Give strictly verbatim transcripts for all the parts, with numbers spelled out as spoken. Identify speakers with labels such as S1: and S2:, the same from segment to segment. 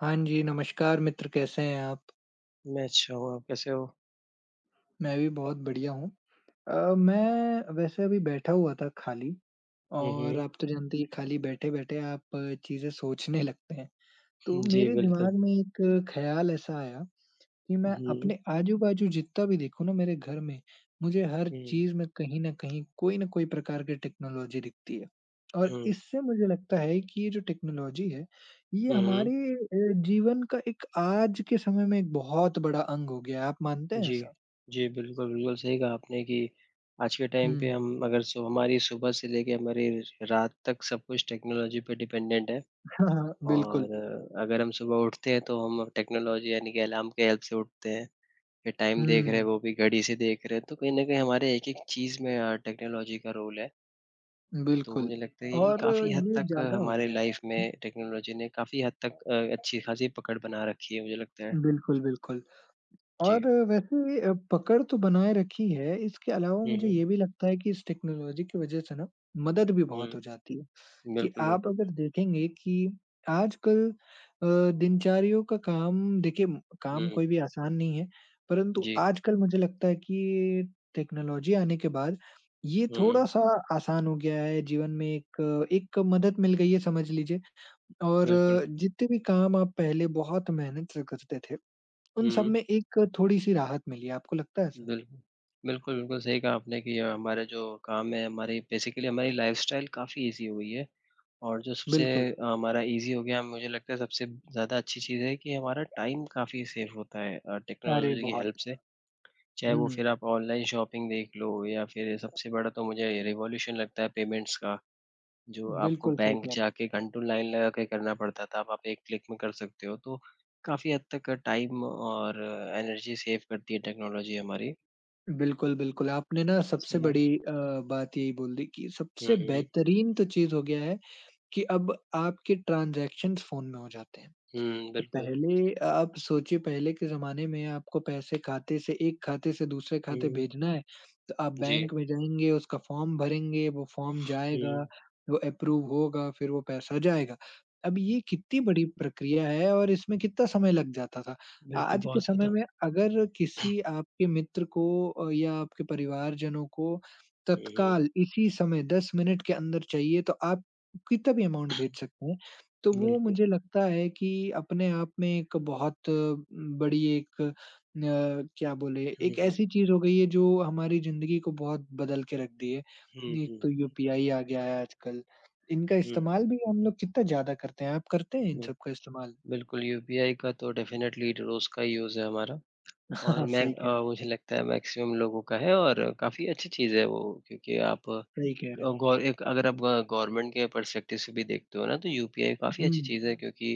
S1: हाँ जी, नमस्कार मित्र कैसे हैं आप?
S2: मैं अच्छा हूँ, आप कैसे हो?
S1: मैं भी बहुत बढ़िया हूँ। अ, मैं वैसे अभी बैठा हुआ था खाली
S2: हुँ,
S1: और
S2: हुँ।
S1: आप तो जानते ही खाली बैठे-बैठे आप चीज़ें सोचने लगते हैं। तो
S2: जी,
S1: मेरे
S2: बिल्कुल।
S1: दिमाग में एक ख़्याल ऐसा आया कि मैं
S2: हुँ,
S1: अपने आजू-बाजू जितना भी देखूँ ना मेरे घर में, मुझे हर
S2: हुँ,
S1: चीज़ में कहीं न कहीं कोई न कोई प्रकार की टेक्नोलॉजी दिखती है। और
S2: हुँ,
S1: इससे मुझे लगता है कि ये जो टेक्नोलॉजी है, ये
S2: हुँ, हुँ।
S1: हमारे अ, जीवन का एक आज के समय में एक बहुत बड़ा अंग हो गया है। आप मानते हैं
S2: जी।
S1: ऐसा?
S2: जी, बिल्कुल, बिल्कुल सही कहा आपने कि आज के टाइम पे
S1: हुँ।
S2: हम अगर सु हमारी सुबह से लेके हमारी रात तक सब कुछ टेक्नोलॉजी पे डिपेंडेंट है
S1: हाँ, हाँ, बिल्कुल।
S2: और अगर हम सुबह उठते हैं तो हम टेक्नोलॉजी यानी कि अलार्म के हेल्प से उठते हैं। फिर
S1: हुँ,
S2: टाइम देख रहे हैं, वो भी घड़ी से देख रहे हैं, तो कहीं न कहीं हमारे एक-एक चीज़ में अ, टेक्नोलॉजी का रोल है। तो
S1: बिल्कुल।
S2: मुझे लगता है ये
S1: और
S2: काफ़ी हद
S1: ये
S2: तक
S1: ज़्यादा हो
S2: हमारे
S1: गया है।
S2: लाइफ में टेक्नोलॉजी ने काफ़ी हद तक अ, अच्छी-खासी पकड़ बना रखी है मुझे लगता है।
S1: बिल्कुल, बिल्कुल।
S2: जी।
S1: और वैसे अ, पकड़ तो बनाए रखी है, इसके अलावा
S2: हुँ,
S1: मुझे
S2: हुँ।
S1: ये भी लगता है कि इस टेक्नोलॉजी की वजह से ना मदद भी
S2: हुँ,
S1: बहुत हो जाती है, कि
S2: बिल्कुल,
S1: आप
S2: बिल्कुल।
S1: अगर देखेंगे कि आजकल अ, दिनचर्याओं का काम देखिए म- काम
S2: हुँ,
S1: कोई भी आसान नहीं है, परंतु
S2: जी।
S1: आजकल मुझे लगता है कि टेक्नोलॉजी आने के बाद ये
S2: हुँ,
S1: थोड़ा-सा आसान हो गया है जीवन में एक अ, एक मदद मिल गई है समझ लीजिए और
S2: बिल्कुल।
S1: अ, जितने भी काम आप पहले बहुत मेहनत से करते थे उन सब
S2: हुँ,
S1: में एक थोड़ी-सी राहत मिली है, आपको लगता है ऐसा?
S2: बिल्कुल। बिल्कुल, बिल्कुल सही कहा आपने कि अ, हमारे जो काम है हमारी बेसिकली हमारी लाइफ़स्टाइल काफ़ी ईज़ी हो गई है और जो सबसे
S1: बिल्कुल।
S2: अ, हमारा ईज़ी हो गया मुझे लगता है सबसे ज़्यादा अच्छी चीज़ है कि हमारा टाइम काफ़ी सेव होता है अ,
S1: अरे!
S2: टेक्नोलॉजी की
S1: बहुत।
S2: हेल्प से। चाहे वो फिर
S1: हुँ,
S2: आप ऑनलाइन शॉपिंग देख लो या फिर सबसे बड़ा तो मुझे रिवॉल्यूशन लगता है पेमेंट्स का, जो आपको
S1: बिल्कुल सही
S2: बैंक
S1: कह रहे हैं।
S2: जाके घंटों लाइन लगा के करना पड़ता था, अब आप एक क्लिक में कर सकते हो, तो काफ़ी हद तक टाइम और एनर्जी सेव करती है टेक्नोलॉजी हमारी।
S1: बिल्कुल, बिल्कुल, आपने ना सबसे
S2: जी।
S1: बड़ी अ, बात यही बोल दी कि
S2: हुँ,
S1: सबसे
S2: हुँ।
S1: बेहतरीन तो चीज़ हो गया है कि अब आपके ट्रांज़ैक्शंस फ़ोन में हो जाते हैं।
S2: हुँ,
S1: तो
S2: बिल्कुल।
S1: पहले आप सोचिए पहले के ज़माने में आपको पैसे खाते से एक खाते से दूसरे खाते
S2: हुँ,
S1: भेजना है, तो आप
S2: जी।
S1: बैंक में जाएँगे, उसका फ़ॉर्म भरेंगे, वो फ़ॉर्म जाएगा,
S2: हुँ,
S1: वो अप्रूव होगा, फिर वो पैसा जाएगा। अब ये कितनी बड़ी प्रक्रिया है और इसमें कितना समय लग जाता था।
S2: बिल्कुल
S1: आज के
S2: बहुत
S1: समय
S2: ज़्यादा।
S1: में अगर किसी आपके मित्र को अ, या आपके परिवारजनों को
S2: हुँ, हुँ,
S1: तत्काल इसी समय दस मिनट के अंदर चाहिए तो आप कितना भी अमाउंट भेज सकते हैं। तो वो
S2: बिल्कुल।
S1: मुझे लगता है कि अपने आप में एक बहुत उम, बड़ी एक अ, क्या बोले
S2: हुँ,
S1: एक
S2: हुँ।
S1: ऐसी चीज़ हो गई है जो हमारी ज़िंदगी को बहुत बदल के रख दी है।
S2: हुँ,
S1: एक
S2: हुँ।
S1: तो यूपीआई आ गया है आजकल, इनका
S2: हुँ,
S1: इस्तेमाल भी हम लोग कितना ज़्यादा करते हैं। आप करते हैं इन
S2: बिल
S1: सब का इस्तेमाल?
S2: बिल्कुल यूपीआई का तो डेफ़िनेटली रोज़ का यूज़ है हमारा। और
S1: हाँ,
S2: मैं
S1: सही कह रहे
S2: अ,
S1: हैं,
S2: मुझे लगता है मैक्सिमम लोगों का है और काफ़ी अच्छी चीज़ है वो क्योंकि आप अ,
S1: सही कह रहे हैं।
S2: गौ एक अगर आप ग गवर्नमेंट के पर्सपेक्टिव से भी देखते हो ना तो यूपीआई काफ़ी अच्छी
S1: हुँ,
S2: चीज़ है क्योंकि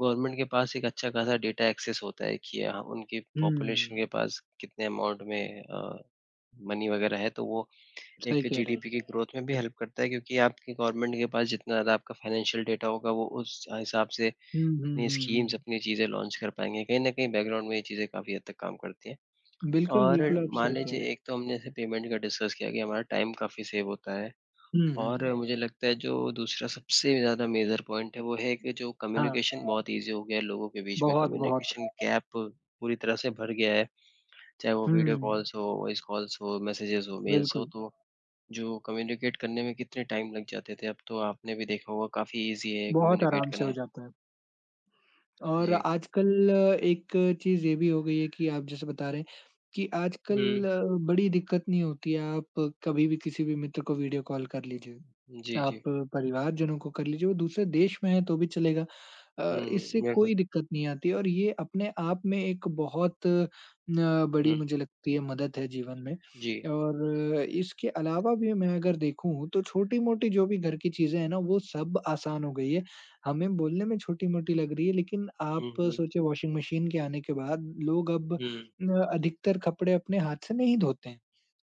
S2: गवर्नमेंट के पास एक अच्छा खासा डेटा एक्सेस होता है कि हाँ, उनकी
S1: हुँ,
S2: पॉपुलेशन के पास कितने अमाउंट में अ, मनी वग़ैरह है तो वो
S1: सही
S2: एक
S1: कह रहे
S2: जीडीपी
S1: हैं।
S2: की ग्रोथ में भी हेल्प करता है क्योंकि आपकी गवर्नमेंट के पास जितना ज़्यादा आपका फाइनेंशियल डेटा होगा वो उस हिसाब से
S1: हुँ, हुँ,
S2: अपनी
S1: हुँ,
S2: स्कीम्स,
S1: हुँ।
S2: अपनी चीज़ें लॉन्च कर पाएँगे। कहीं न कहीं बैकग्राउंड में ये चीज़ें काफ़ी हद तक काम करती हैं।
S1: बिल्कुल,
S2: और
S1: बिल्कुल आप
S2: मान
S1: सही कह रहे हैं।
S2: लीजिए एक तो हमने ऐसे पेमेंट का डिस्कस किया कि हमारा टाइम काफ़ी सेव होता है
S1: हुँ,
S2: और
S1: हुँ।
S2: राइट मुझे लगता है जो दूसरा सबसे ज़्यादा मेजर पॉइंट है वो है कि जो
S1: हाँ,
S2: कम्युनिकेशन बहुत इजी हो गया है लोगों के बीच में
S1: बहुत, बहुत।
S2: कम्युनिकेशन गैप पूरी तरह से भर गया है चाहे वो वीडियो
S1: हुँ,
S2: कॉल्स हो वॉइस कॉल्स हो मैसेजेस हो मेल्स हो
S1: बिल्कुल।
S2: तो जो कम्युनिकेट करने में कितने टाइम लग जाते थे अब तो आपने भी देखा होगा काफ़ी इजी है
S1: बहुत
S2: कम्युनिकेट
S1: आराम से हो
S2: करना
S1: जाता है। और
S2: जी
S1: आजकल एक चीज़ ये भी हो गई है कि आप जैसे बता रहे हैं कि
S2: हम्म
S1: आजकल बड़ी दिक्कत नहीं होती है, आप कभी भी किसी भी मित्र को वीडियो कॉल कर लीजिए।
S2: जी
S1: आप
S2: जी
S1: परिवारजनों को कर लीजिए, वो दूसरे देश में है तो भी चलेगा। अ,
S2: हम्म हम्म,
S1: इससे
S2: बिल्कुल
S1: कोई दिक्कत नहीं आती है और ये अपने आप में एक बहुत अ, बड़ी
S2: हम्म
S1: मुझे लगती है मदद है जीवन में।
S2: जी
S1: और अ, इसके अलावा भी मैं अगर देखूँ तो छोटी-मोटी जो भी घर की चीज़ें हैं ना वो सब आसान हो गई है। हमें बोलने में छोटी-मोटी लग रही है लेकिन आप
S2: हम्म हम्म
S1: सोचिए वॉशिंग मशीन के आने के बाद लोग अब
S2: हम्म,
S1: न अधिकतर कपड़े अपने हाथ से नहीं धोते हैं।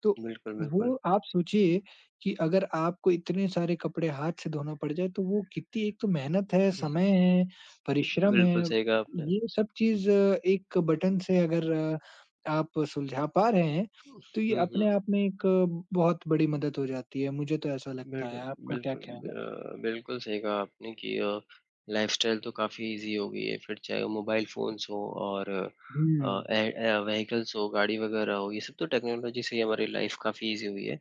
S1: तो
S2: बिल्कुल बिल्कुल
S1: वो आप सोचिए कि अगर आपको इतने सारे कपड़े हाथ से धोना पड़ जाए तो वो कितनी एक तो मेहनत है, समय है, परिश्रम
S2: बिल्कुल
S1: है,
S2: सही कहा आपने।
S1: ये सब चीज़ एक बटन से अगर अ, आप सुलझा पा रहे हैं, तो ये
S2: हुँ, हुँ।
S1: अपने आप में एक अ, बहुत बड़ी मदद हो जाती है, मुझे तो ऐसा लगता है।
S2: बिल्कुल,
S1: आपका क्या
S2: बिल्कुल
S1: ख़्याल है?
S2: अ, बिल्कुल सही कहा आपने कि अ, लाइफ़स्टाइल तो काफ़ी ईज़ी हो गई है, फिर चाहे वो मोबाइल फ़ोन्स हो और अ,
S1: हुँ,
S2: ए ए व्हीकल्स हो, गाड़ी वगैरह हो, ये सब तो टेक्नोलॉजी से ही हमारी लाइफ़ काफ़ी ईज़ी हुई है।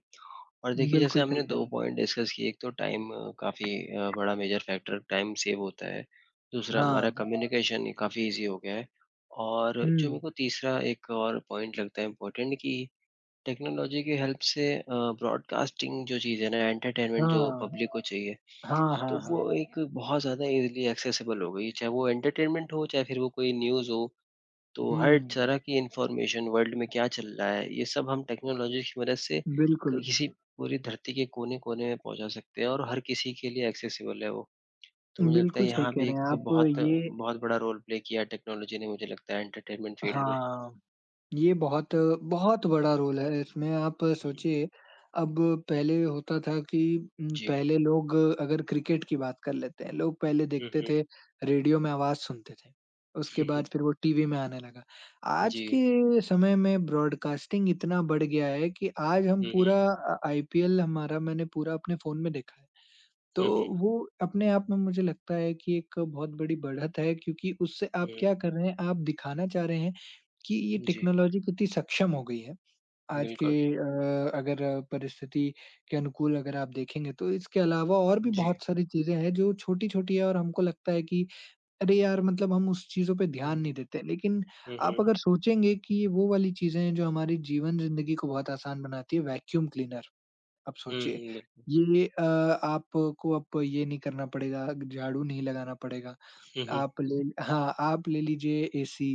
S2: और देखिए जैसे
S1: बिल्कुल सही
S2: हमने
S1: कह
S2: दो
S1: रहे हैं।
S2: पॉइंट डिस्कस किए, एक तो टाइम काफ़ी अ, बड़ा मेजर फैक्टर टाइम सेव होता है, दूसरा हमारा
S1: हाँ,
S2: कम्युनिकेशन काफ़ी ईज़ी हो गया है और
S1: हुँ,
S2: जो मेरे को तीसरा एक और पॉइंट लगता है इम्पोर्टेंट कि टेक्नोलॉजी की हेल्प से अ, ब्रॉडकास्टिंग जो चीज़ है ना, एंटरटेनमेंट जो
S1: हाँ,
S2: पब्लिक को चाहिए,
S1: हाँ,
S2: तो
S1: हाँ,
S2: वो
S1: हाँ।
S2: एक बहुत ज़्यादा ईज़िली एक्सेसिबल हो गई है। चाहे वो एंटरटेनमेंट हो, चाहे फिर वो कोई न्यूज़ हो, तो
S1: हुँ,
S2: हर तरह की इन्फॉर्मेशन वर्ल्ड में क्या चल रहा है, ये सब हम टेक्नोलॉजी की मदद से
S1: बिल्कुल,
S2: किसी पूरी धरती के कोने-कोने में पहुँचा सकते हैं और हर किसी के लिए एक्सेसिबल है वो। तो मुझे लगता है
S1: बिल्कुल सही
S2: यहाँ
S1: कह
S2: भी
S1: रहे हैं
S2: एक
S1: आप
S2: बहुत
S1: ये
S2: बहुत बड़ा रोल प्ले किया है टेक्नोलॉजी ने मुझे लगता है एंटरटेनमेंट फ़ील्ड में।
S1: हाँ। ये बहुत बहुत बड़ा रोल है इसमें आप
S2: हुँ,
S1: सोचिए, अब पहले होता था कि उम,
S2: जी।
S1: पहले लोग अगर क्रिकेट की बात कर लेते हैं, लोग पहले
S2: हुँ,
S1: देखते
S2: हुँ।
S1: थे, रेडियो में आवाज़ सुनते थे, उसके बाद फिर वो टीवी में आने लगा। आज
S2: जी।
S1: के समय में ब्रॉडकास्टिंग इतना बढ़ गया है कि आज हम
S2: हुँ,
S1: पूरा
S2: हुँ।
S1: अ, आईपीएल हमारा मैंने पूरा अपने फ़ोन में देखा है। तो
S2: हुँ, हुँ।
S1: वो अपने आप में मुझे लगता है कि एक बहुत बड़ी बढ़त है क्योंकि उससे आप
S2: हुँ,
S1: क्या कर रहे हैं, आप दिखाना चाह रहे हैं कि ये
S2: जी,
S1: टेक्नोलॉजी कितनी सक्षम हो गई है। आज के
S2: बिल्कुल,
S1: अ, अगर अ, परिस्थिति के अनुकूल अगर आप देखेंगे तो इसके अलावा और भी
S2: जी।
S1: बहुत सारी चीज़ें हैं जो छोटी-छोटी है और हमको लगता है कि अरे यार! मतलब हम उस चीज़ों पे ध्यान नहीं
S2: हुँ,
S1: देते। लेकिन
S2: हुँ,
S1: आप
S2: हुँ,
S1: अगर सोचेंगे कि ये वो वाली चीज़ें हैं जो हमारी जीवन ज़िंदगी को बहुत आसान बनाती है, वैक्यूम क्लीनर। अब
S2: हुँ,
S1: सोचिए
S2: हुँ, बिल्कुल।
S1: ये अ, आपको अब ये नहीं करना पड़ेगा, झाड़ू नहीं लगाना पड़ेगा।
S2: हुँ, हुँ,
S1: आप ले हाँ, आप ले लीजिए एसी,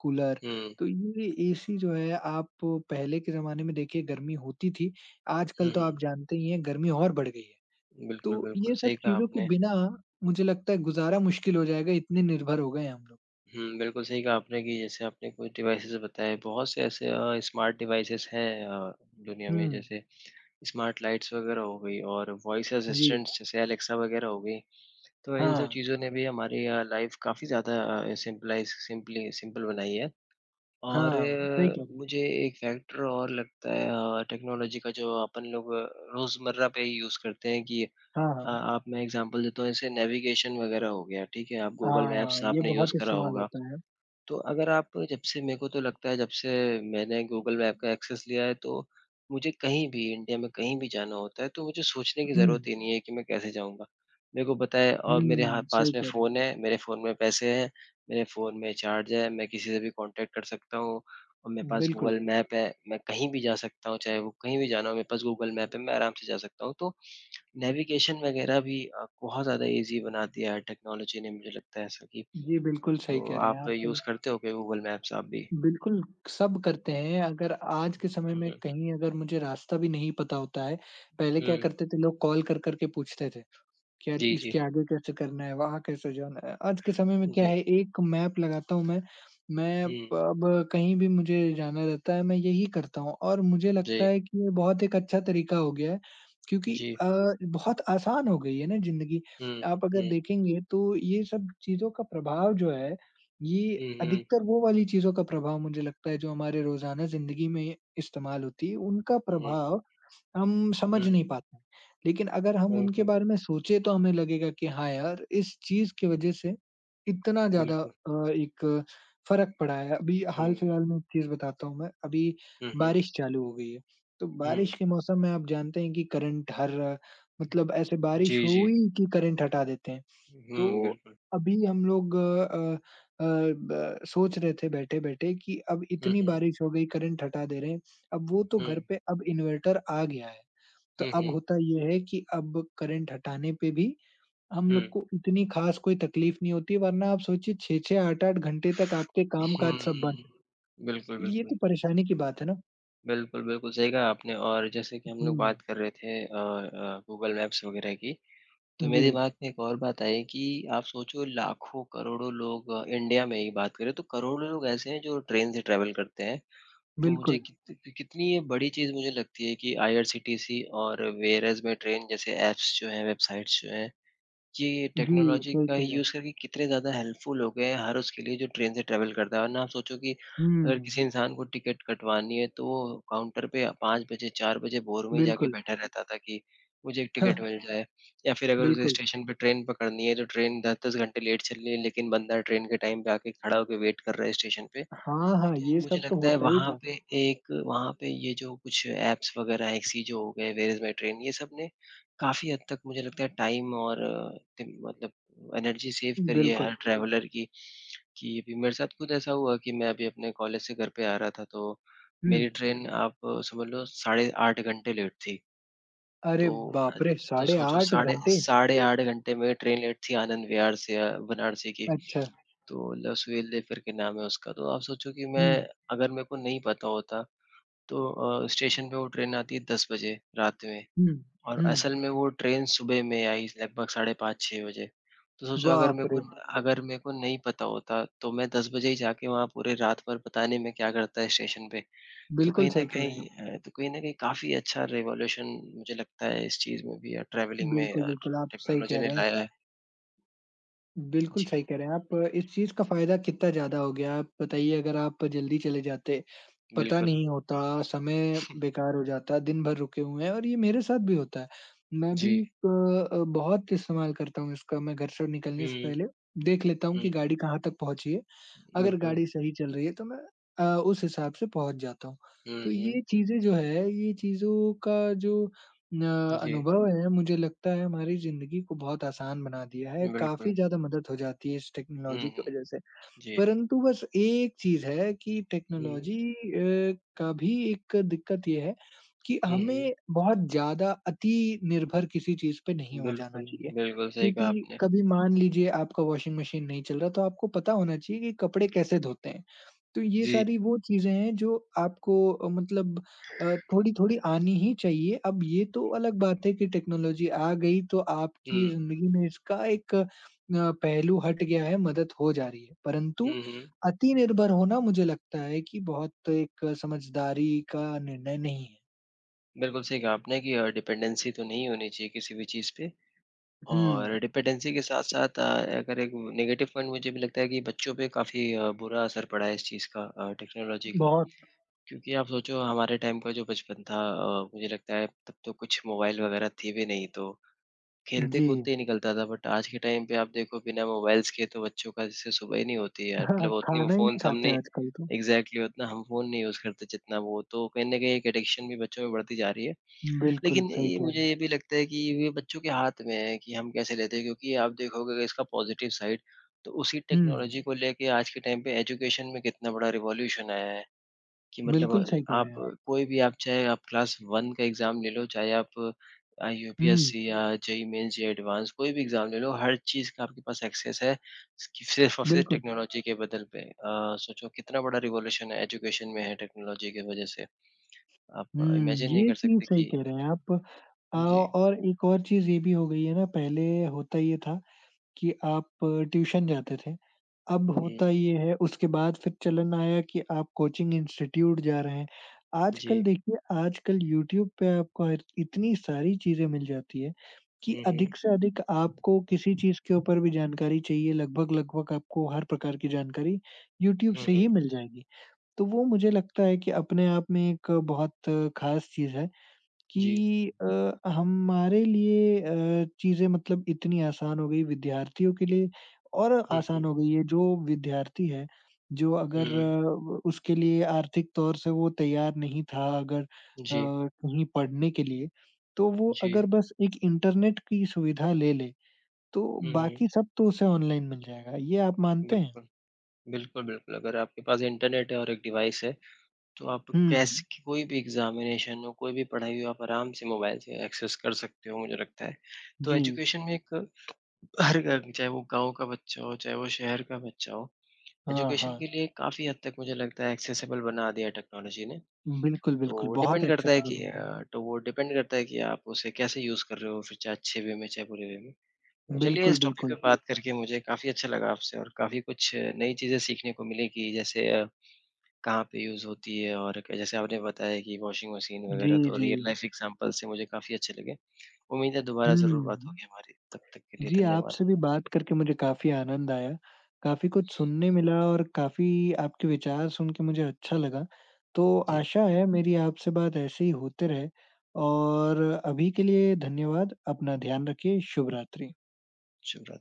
S1: कूलर,
S2: हुँ,
S1: तो ये एसी जो है आप पहले के ज़माने में देखिए गर्मी होती थी, आजकल
S2: हुँ,
S1: तो आप
S2: हुँ,
S1: जानते ही हैं गर्मी और बढ़ गई है।
S2: बिल्कुल,
S1: तो
S2: बिल्कुल,
S1: ये सब
S2: सही कहा
S1: चीज़ों के
S2: आपने।
S1: बिना मुझे लगता है गुज़ारा मुश्किल हो जाएगा, इतने निर्भर हो गए हैं हम लोग।
S2: हुँ, बिल्कुल सही कहा आपने कि जैसे आपने कुछ डिवाइसेज़ बताए, बहुत से ऐसे अ, स्मार्ट डिवाइसेज़ हैं अ, दुनिया में
S1: हुँ,
S2: जैसे स्मार्ट लाइट्स वग़ैरह हो गई और वॉइस
S1: जी।
S2: असिस्टेंट्स जैसे एलेक्सा वग़ैरह हो गई। तो इन सब
S1: हाँ,
S2: चीज़ों ने भी हमारी अ, लाइफ़ काफ़ी ज़्यादा अ, सिम्पलाइज़ सिम्पली सिंपल बनाई है। और
S1: हाँ, सही कह
S2: अ,
S1: रहे हैं।
S2: मुझे एक फैक्टर और लगता है अ, टेक्नोलॉजी का जो अपन लोग अ, रोज़मर्रा पे ही यूज़ करते हैं कि
S1: हाँ,
S2: अ,
S1: हाँ।
S2: आप मैं एग्ज़ाम्पल देता हूँ, जैसे नेविगेशन वगैरह हो गया, ठीक है? आप गूगल मैप्स
S1: हाँ, ये
S2: आपने यूज़
S1: बहुत
S2: करा
S1: इस्तेमाल
S2: होगा।
S1: होता है।
S2: तो अगर आप जब से मेरे को तो लगता है जब से मैंने गूगल मैप का एक्सेस लिया है तो मुझे कहीं भी इंडिया में कहीं भी जाना होता है, तो मुझे सोचने की
S1: हुँ,
S2: ज़रूरत ही नहीं है कि मैं कैसे जाऊँगा। मेरे को पता है और मेरे हाँ,
S1: हुँ,
S2: पास
S1: सही
S2: में
S1: कह रहे हैं।
S2: फ़ोन है, मेरे फ़ोन में पैसे हैं, मेरे फ़ोन में चार्ज है, मैं किसी से भी कॉन्टैक्ट कर सकता हूँ और मेरे पास
S1: बिल्कुल।
S2: गूगल मैप है, मैं कहीं भी जा सकता हूँ, चाहे वो कहीं भी जाना हो मेरे पास गूगल मैप है, मैं आराम से जा सकता हूँ। तो नेविगेशन वग़ैरह भी अ, बहुत ज़्यादा ईज़ी बना दिया है टेक्नोलॉजी ने मुझे लगता है ऐसा कि
S1: जी, बिल्कुल सही
S2: तो
S1: कह रहे हैं
S2: आप
S1: आप।
S2: यूज़ करते हो क्या गूगल मैप्स आप भी?
S1: बिल्कुल, सब करते हैं। अगर आज के समय
S2: हुँ,
S1: में
S2: हुँ।
S1: कहीं अगर मुझे रास्ता भी नहीं पता होता है, पहले क्या
S2: हुँ।
S1: करते थे लोग कॉल कर-कर के पूछते थे। कि यार
S2: जी, जी।
S1: इसके आगे कैसे करना है, वहाँ कैसे जाना है। आज के समय में क्या
S2: जी।
S1: है एक मैप लगाता हूँ मैं, मैं प
S2: हुँ।
S1: अब कहीं भी मुझे जाना रहता है मैं यही करता हूँ और मुझे
S2: जी।
S1: लगता है कि ये बहुत एक अच्छा तरीका हो गया है क्योंकि
S2: जी।
S1: अ, बहुत आसान हो गई है ना ज़िंदगी।
S2: हुँ,
S1: आप अगर
S2: हुँ।
S1: देखेंगे तो ये सब चीज़ों का प्रभाव जो है, ये
S2: हुँ, हुँ,
S1: अधिकतर वो वाली चीज़ों का प्रभाव मुझे लगता है जो हमारे रोज़ाना ज़िंदगी में इस्तेमाल होती है, उनका
S2: हुँ,
S1: प्रभाव हम
S2: हुँ।
S1: समझ नहीं पाते। लेकिन अगर हम उनके
S2: बिल्कुल,
S1: बारे में सोचे तो हमें लगेगा कि हाँ यार, इस चीज़ की वज़ह से इतना ज़्यादा
S2: बिल्कुल।
S1: अ, एक फ़र्क पड़ा है। अभी
S2: हुँ।
S1: हाल-फिलहाल में एक चीज़ बताता हूँ मैं, अभी
S2: हुँ, हुँ,
S1: बारिश चालू हो गई है, तो
S2: हुँ।
S1: बारिश के मौसम में आप जानते हैं कि करंट हर मतलब ऐसे बारिश
S2: जी, जी।
S1: हुई कि करंट हटा देते हैं।
S2: हुँ,
S1: तो
S2: बिल्कुल।
S1: अभी हम लोग अ अ, ब सोच रहे थे बैठे-बैठे कि अब
S2: हुँ,
S1: इतनी
S2: हुँ,
S1: बारिश हो गई, करंट हटा दे रहे हैं। अब वो तो
S2: हुँ।
S1: घर पे अब इन्वर्टर आ गया है। तो
S2: हुँ, हुँ,
S1: अब
S2: हुँ।
S1: होता ये है कि अब करंट हटाने पे भी हम
S2: हुँ।
S1: लोग को इतनी ख़ास कोई तकलीफ़ नहीं होती, वरना आप सोचिए छह छह आठ आठ घंटे तक आपके काम-काज सब बंद।
S2: बिल्कुल,
S1: ये
S2: बिल्कुल।
S1: तो परेशानी की बात है ना।
S2: बिल्कुल, बिल्कुल सही कहा आपने और जैसे कि हम लोग
S1: हुँ,
S2: बात कर रहे थे अ अ, गूगल मैप्स वगैरह की तो मेरे
S1: जी,
S2: दिमाग में एक और बात आई कि आप सोचो लाखों, करोड़ों लोग अ, इंडिया में ही बात करें तो करोड़ों लोग ऐसे हैं जो ट्रेन से ट्रैवल करते हैं। तो मुझे
S1: बिल्कुल।
S2: कित कितनी ये बड़ी चीज़ मुझे लगती है कि आईआरसीटीसी और वेयरएस में ट्रेन जैसे ऐप्स जो हैं, वेबसाइट्स जो हैं, जी,
S1: जी,
S2: टेक्नोलॉजी
S1: सही
S2: का
S1: कह रहे हैं।
S2: यूज़ करके कितने ज़्यादा हेल्पफुल हो गए हैं हर उसके लिए जो ट्रेन से ट्रैवल करता है। वरना आप सोचो कि अगर
S1: हुँ,
S2: किसी इंसान को टिकट कटवानी है तो वो काउंटर पे पाँच बजे, चार बजे भोर में ही जाके
S1: बिल्कुल।
S2: बैठा रहता था कि मुझे एक
S1: हाँ,
S2: टिकट मिल जाए। या फिर अगर उसे
S1: बिल्कुल।
S2: स्टेशन पे ट्रेन पकड़नी है तो ट्रेन दस दस घंटे लेट चल रही है लेकिन बंदा ट्रेन के टाइम पे आके खड़ा होके वेट कर रहा है स्टेशन पे।
S1: हाँ, हाँ,
S2: तो
S1: ये
S2: मुझे
S1: सब तो
S2: लगता है
S1: होता ही
S2: वहाँ
S1: था।
S2: पे एक वहाँ पे ये जो कुछ ऐप्स वग़ैरह हैं, एक्सीजो हो गए, वेयर इज़ माय ट्रेन, ये सब ने काफ़ी हद तक मुझे लगता है टाइम और तिम मतलब एनर्जी सेव करी है
S1: बिल्कुल।
S2: हर ट्रैवलर की, कि अभी मेरे साथ खुद ऐसा हुआ कि मैं अभी अपने कॉलेज से घर पे आ रहा था, तो
S1: हुँ।
S2: मेरी ट्रेन आप अ, समझ लो साढ़े आठ घंटे लेट थी। तो
S1: अरे
S2: अ,
S1: बाप रे!
S2: तो
S1: साढ़े
S2: सोचो
S1: आठ
S2: साढ़े
S1: घंटे!
S2: साढ़े आठ घंटे में ट्रेन लेट थी आनंद विहार से अ, बनारसी की।
S1: अच्छा।
S2: तो लसवेल करके नाम है उसका, तो आप सोचो कि मैं
S1: हुँ,
S2: अगर मेरे को नहीं पता होता तो अ, स्टेशन पे वो ट्रेन आती है दस बजे रात में
S1: हुँ,
S2: और
S1: हुँ।
S2: असल में वो ट्रेन सुबह में आई लगभग साढ़े पाँच छह बजे। तो सोचो अगर मेरे
S1: बाप
S2: को
S1: रे!
S2: हाँ। अगर मेरे को नहीं पता होता तो मैं दस बजे ही जाके वहाँ पूरे रात भर पता नहीं मैं क्या करता है स्टेशन पे। तो
S1: बिल्कुल
S2: कहीं न हाँ।
S1: सही कह रहे हैं आप।
S2: कहीं अ, तो कहीं न कहीं काफ़ी अच्छा रिवॉल्यूशन मुझे लगता है इस चीज़ में भी या ट्रैवलिंग में
S1: बिल्कुल,
S2: अ,
S1: बिल्कुल, आप सही
S2: टेक्नोलॉजी
S1: कह
S2: ने
S1: रहे हैं।
S2: लाया है।
S1: बिल्कुल
S2: जी,
S1: सही कह रहे हैं आप। इस चीज़ का फ़ायदा कितना ज़्यादा हो गया, आप बताइए अगर आप जल्दी चले जाते, पता
S2: बिल्कुल।
S1: नहीं होता, समय बेकार हो जाता है, दिन भर रुके हुए हैं और ये मेरे साथ भी होता है। मैं भी
S2: जी।
S1: अ अ, बहुत इस्तेमाल करता हूँ इसका, मैं घर से निकलने से
S2: हुँ,
S1: पहले देख लेता हूँ
S2: हुँ,
S1: कि गाड़ी कहाँ तक पहुँची है। अगर
S2: बिल्कुल।
S1: गाड़ी सही चल रही है तो मैं अ, उस हिसाब से पहुँच जाता हूँ।
S2: हुँ,
S1: तो
S2: हुँ।
S1: ये चीज़ें जो है, ये चीज़ों का जो अ,
S2: जी,
S1: अनुभव है मुझे लगता है हमारी ज़िंदगी को बहुत आसान बना दिया है,
S2: बिल्कुल।
S1: काफ़ी ज़्यादा मदद हो जाती है इस
S2: हुँ,
S1: टेक्नोलॉजी की
S2: हुँ।
S1: वज़ह से।
S2: जी।
S1: परंतु बस एक चीज़ है कि
S2: हुँ,
S1: टेक्नोलॉजी अ, का भी एक दिक्कत ये है कि
S2: हुँ, हुँ।
S1: हमें बहुत ज़्यादा अति निर्भर किसी चीज़ पे नहीं हो जाना
S2: बिल्कुल,
S1: चाहिए।
S2: बिल्कुल सही कहा
S1: क्योंकि
S2: आपने।
S1: कभी मान लीजिए आपका वॉशिंग मशीन नहीं चल रहा तो आपको पता होना चाहिए कि कपड़े कैसे धोते हैं। तो ये
S2: जी।
S1: सारी वो चीज़ें हैं जो आपको अ, मतलब अ, थोड़ी-थोड़ी आनी ही चाहिए। अब ये तो अलग बात है कि टेक्नोलॉजी आ गई तो
S2: हुँ।
S1: आपकी ज़िंदगी में इसका एक अ, पहलू हट गया है, मदद हो जा रही है। परंतु
S2: हुँ, हुँ।
S1: अति निर्भर होना मुझे लगता है कि बहुत एक समझदारी का निर्णय नहीं है।
S2: बिल्कुल सही कहा आपने कि अ, डिपेंडेंसी तो नहीं होनी चाहिए किसी भी चीज़ पे और
S1: हुँ,
S2: डिपेंडेंसी के साथ-साथ अ, अगर एक नेगेटिव पॉइंट मुझे भी लगता है कि बच्चों पे काफ़ी अ, बुरा असर पड़ा है इस चीज़ का अ, टेक्नोलॉजी का।
S1: बहुत
S2: क्योंकि आप सोचो हमारे टाइम का जो बचपन था अ, मुझे लगता है तब तो कुछ मोबाइल वगैरह थे भी नहीं तो खेलते
S1: जी।
S2: कूदते ही निकलता था बट आज के टाइम पे आप देखो बिना मोबाइल्स के तो बच्चों का जैसे सुबह ही नहीं होती यार मतलब
S1: हाँ,
S2: उतनी वो
S1: खाना ही
S2: फ़ोन
S1: नहीं
S2: सामने
S1: खाते आजकल तो।
S2: एग्ज़ैक्टली उतना हम फ़ोन नहीं यूज़ करते जितना वो तो कहीं न कहीं एक एडिक्शन भी बच्चों में बढ़ती जा रही है।
S1: बिल्कुल,
S2: लेकिन
S1: सही
S2: ये
S1: कह रहे
S2: मुझे
S1: हैं।
S2: ये भी लगता है कि ये बच्चों के हाथ में है कि हम कैसे लेते हैं क्योंकि आप देखोगे अगर इसका पॉज़िटिव साइड तो उसी
S1: हुँ,
S2: टेक्नोलॉजी को लेके आज के टाइम पे एजुकेशन में कितना बड़ा रिवॉल्यूशन आया है। कि मतलब
S1: बिल्कुल सही कह रहे
S2: आप
S1: हैं आप।
S2: कोई भी आप चाहे आप क्लास वन का एग्ज़ाम ले लो, चाहे आप अ,
S1: हुँ,
S2: यूपीएससी या जेईई मेन्स या एडवांस कोई भी एग्ज़ाम ले लो, हर चीज़ का आपके पास एक्सेस है, स सिर्फ़ और सिर्फ़
S1: बिल्कुल।
S2: टेक्नोलॉजी के बदल पे। अ, सोचो कितना बड़ा रिवॉल्यूशन है एजुकेशन में है टेक्नोलॉजी की वज़ह से। आप
S1: हुँ,
S2: इमेजिन नहीं
S1: ये
S2: कर
S1: चीज़
S2: सकते
S1: सही
S2: कि
S1: कह रहे हैं आप। अ,
S2: जी।
S1: और एक और चीज़ ये भी हो गई है ना, पहले होता ये था कि आप ट्यूशन जाते थे, अब होता
S2: हुँ,
S1: ये है उसके बाद फिर चलन आया कि आप कोचिंग इंस्टीट्यूट जा रहे हैं। आजकल
S2: जी।
S1: देखिए आजकल यूट्यूब पे आपको हर इतनी सारी चीज़ें मिल जाती है कि
S2: हुँ, हुँ।
S1: अधिक से अधिक आपको किसी चीज़ के ऊपर भी जानकारी चाहिए, लगभग-लगभग आपको हर प्रकार की जानकारी यूट्यूब
S2: हुँ,
S1: से ही
S2: हुँ।
S1: मिल जाएगी। तो वो मुझे लगता है कि अपने आप में एक बहुत ख़ास चीज़ है
S2: जी।
S1: कि अ, हमारे लिए अ, चीज़ें मतलब इतनी आसान हो गई विद्यार्थियों के लिए और
S2: हुँ,
S1: आसान
S2: हुँ।
S1: हो गई है, जो विद्यार्थी है, जो अगर
S2: हुँ।
S1: अ, व उसके लिए आर्थिक तौर से वो तैयार नहीं था अगर अ,
S2: जी,
S1: कहीं पढ़ने के लिए, तो वो
S2: जी।
S1: अगर बस एक इंटरनेट की सुविधा ले ले, तो
S2: हुँ, हुँ।
S1: बाकी सब तो उसे ऑनलाइन मिल जाएगा, ये आप मानते हैं?
S2: बिल्कुल। बिल्कुल, बिल्कुल, अगर आपके पास इंटरनेट है और एक डिवाइस है तो आप कैस
S1: हुँ,
S2: कोई भी एग्ज़ामिनेशन हो, कोई भी पढ़ाई हो, आप आराम से मोबाइल से एक्सेस कर सकते हो, मुझे लगता है। तो
S1: जी।
S2: एजुकेशन में एक हर घर चाहे वो गाँव का बच्चा हो, चाहे वो शहर का बच्चा हो,
S1: हाँ,
S2: एजुकेशन
S1: हाँ।
S2: के लिए काफ़ी हद तक मुझे लगता है एक्सेसिबल बना दिया है टेक्नोलॉजी ने।
S1: बिल्कुल,
S2: तो
S1: बिल्कुल,
S2: वो
S1: बहुत
S2: डिपेंड करता है कि
S1: एक्सेसिबल हो गई।
S2: अ, तो वो डिपेंड करता है कि आप उसे कैसे यूज़ कर रहे हो, फिर चाहे अच्छे वे में, चाहे बुरे वे में। तो चलिए
S1: बिल्कुल,
S2: इस टॉपिक पे
S1: बिल्कुल।
S2: बात करके मुझे काफ़ी अच्छा लगा आपसे और काफ़ी कुछ नई चीज़ें सीखने को मिली कि जैसे अ कहाँ पे यूज़ होती है और क जैसे आपने बताया कि वॉशिंग मशीन
S1: जी,
S2: वगैरह तो
S1: जी।
S2: रियल लाइफ एग्ज़ाम्पल से मुझे काफ़ी अच्छे लगे। उम्मीद है दोबारा ज़रूर बात
S1: हुँ।
S2: होगी हमारी, तब तक के लिए
S1: जी,
S2: धन्यवाद।
S1: आपसे भी बात करके मुझे काफ़ी आनंद आया। काफ़ी कुछ सुनने मिला और काफ़ी आपके विचार सुन के मुझे अच्छा लगा। तो
S2: जी,
S1: आशा है मेरी आपसे बात ऐसे ही होते रहे और अभी के लिए धन्यवाद। अपना ध्यान रखिए। शुभ रात्रि।
S2: शुभ रात्रि।